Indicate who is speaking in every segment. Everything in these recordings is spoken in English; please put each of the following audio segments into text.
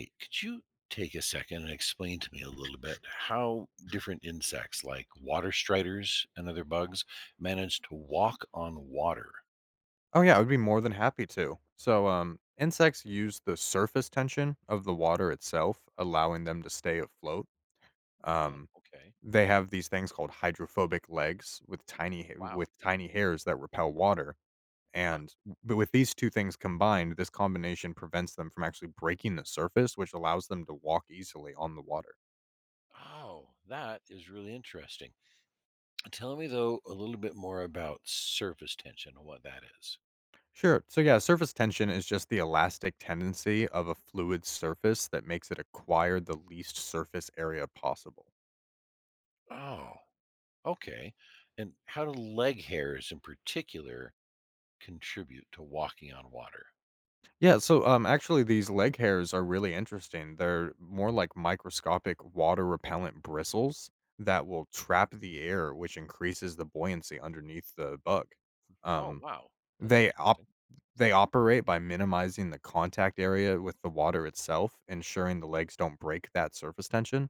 Speaker 1: Could you take a second and explain to me a little bit how different insects like water striders and other bugs manage to walk on water?
Speaker 2: Oh yeah, I would be more than happy to. Insects use the surface tension of the water itself, allowing them to stay afloat.
Speaker 1: Oh,
Speaker 2: Um,
Speaker 1: okay.
Speaker 2: they have these things called hydrophobic legs with
Speaker 1: Wow.
Speaker 2: with tiny hairs that repel water.
Speaker 1: Huh.
Speaker 2: And with these two things combined, this combination prevents them from actually breaking the surface, which allows them to walk easily on the water.
Speaker 1: Oh, that is really interesting. Tell me, though, a little bit more about surface tension and what that is.
Speaker 2: Sure. Surface tension is just the elastic tendency of a fluid surface that makes it acquire the least surface area possible.
Speaker 1: Oh, okay. And how do leg hairs in particular contribute to walking on water?
Speaker 2: These leg hairs are really interesting. They're more like microscopic water-repellent bristles that will trap the air, which increases the buoyancy underneath the bug.
Speaker 1: Oh,
Speaker 2: Um,
Speaker 1: wow. That's
Speaker 2: they op
Speaker 1: interesting.
Speaker 2: they operate by minimizing the contact area with the water itself, ensuring the legs don't break that surface tension,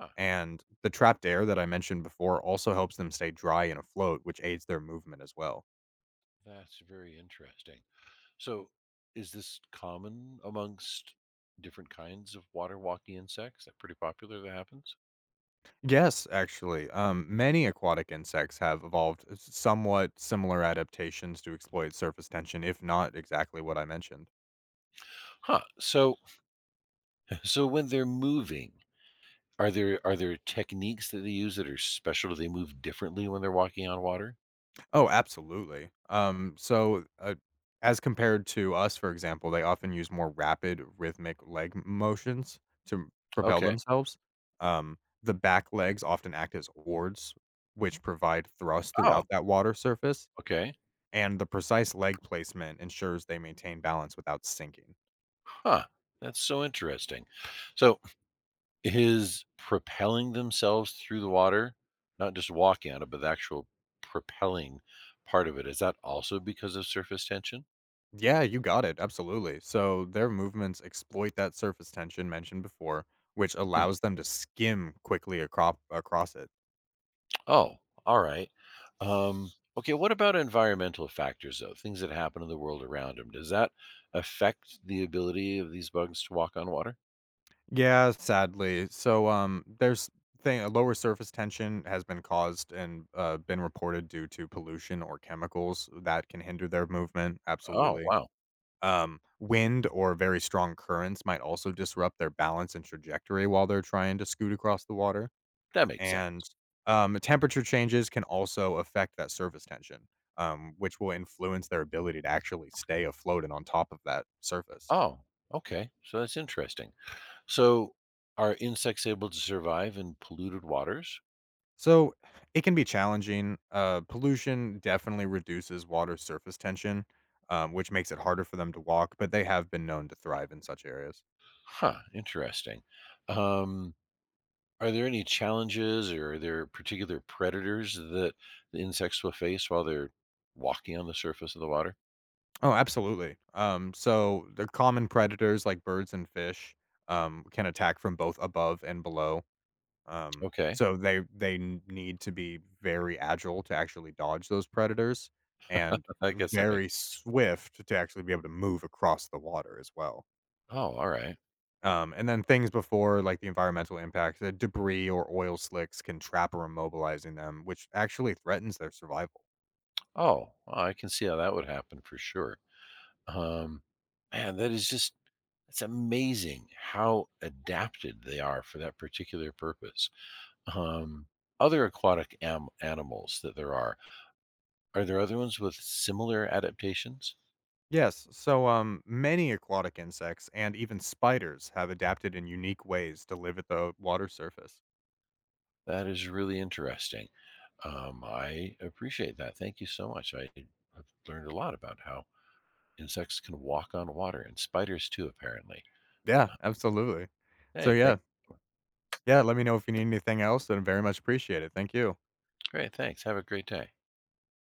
Speaker 1: Huh.
Speaker 2: and the trapped air that I mentioned before also helps them stay dry and afloat, which aids their movement as well.
Speaker 1: That's very interesting. So, is this common amongst different kinds of water walking insects? That pretty popular that happens?
Speaker 2: Yes, actually. Many aquatic insects have evolved somewhat similar adaptations to exploit surface tension, if not exactly what I mentioned.
Speaker 1: Huh. So, so when they're moving, are there techniques that they use that are special? Do they move differently when they're walking on water?
Speaker 2: Oh, absolutely. As compared to us, for example, they often use more rapid, rhythmic leg motions to propel
Speaker 1: Okay.
Speaker 2: themselves. Um, the back legs often act as oars, which provide thrust
Speaker 1: Oh,
Speaker 2: throughout that water surface,
Speaker 1: okay.
Speaker 2: and the precise leg placement ensures they maintain balance without sinking.
Speaker 1: Huh. That's so interesting. So, is propelling themselves through the water, not just walking on it, but the actual propelling part of it, is that also because of surface tension?
Speaker 2: Yeah, you got it. Absolutely. So their movements exploit that surface tension mentioned before, which
Speaker 1: Hmm.
Speaker 2: allows them to skim quickly across it.
Speaker 1: Oh, all right. Um, okay, what about environmental factors, though? Things that happen in the world around them. Does that affect the ability of these bugs to walk on water?
Speaker 2: Yeah, sadly. So there's thing a lower surface tension has been caused and been reported due to pollution or chemicals that can hinder their movement.
Speaker 1: Oh,
Speaker 2: Absolutely.
Speaker 1: wow.
Speaker 2: Wind or very strong currents might also disrupt their balance and trajectory while they're trying to scoot across the water.
Speaker 1: That makes sense.
Speaker 2: And, temperature changes can also affect that surface tension, which will influence their ability to actually stay afloat and on top of that surface.
Speaker 1: Oh, okay. So that's interesting. So are insects able to survive in polluted waters?
Speaker 2: So it can be challenging. Pollution definitely reduces water surface tension, which makes it harder for them to walk, but they have been known to thrive in such areas.
Speaker 1: Huh, interesting. Um, are there any challenges or are there particular predators that the insects will face while they're walking on the surface of the water?
Speaker 2: Oh, absolutely. So the common predators like birds and fish can attack from both above and below.
Speaker 1: Okay,
Speaker 2: Need to be very agile to actually dodge those predators and
Speaker 1: I guess that makes.
Speaker 2: very swift to actually be able to move across the water as well.
Speaker 1: Oh, all right.
Speaker 2: And then things before like the environmental impacts, the debris or oil slicks can trap or immobilizing them, which actually threatens their survival.
Speaker 1: Oh, well, I can see how that would happen for sure. Um, Man, that is just it's amazing how adapted they are for that particular purpose. Um, Other aquatic animals that there are there other ones with similar adaptations?
Speaker 2: Yes, many aquatic insects and even spiders have adapted in unique ways to live at the water surface.
Speaker 1: That is really interesting. I appreciate that. Thank you so much. I have learned a lot about how insects can walk on water and spiders too, apparently.
Speaker 2: Yeah,
Speaker 1: Uh,
Speaker 2: absolutely. So
Speaker 1: Hey, thank.
Speaker 2: yeah, Yeah, Let me know if you need anything else, and very much appreciate it. Thank you.
Speaker 1: Great, thanks. Have a great day.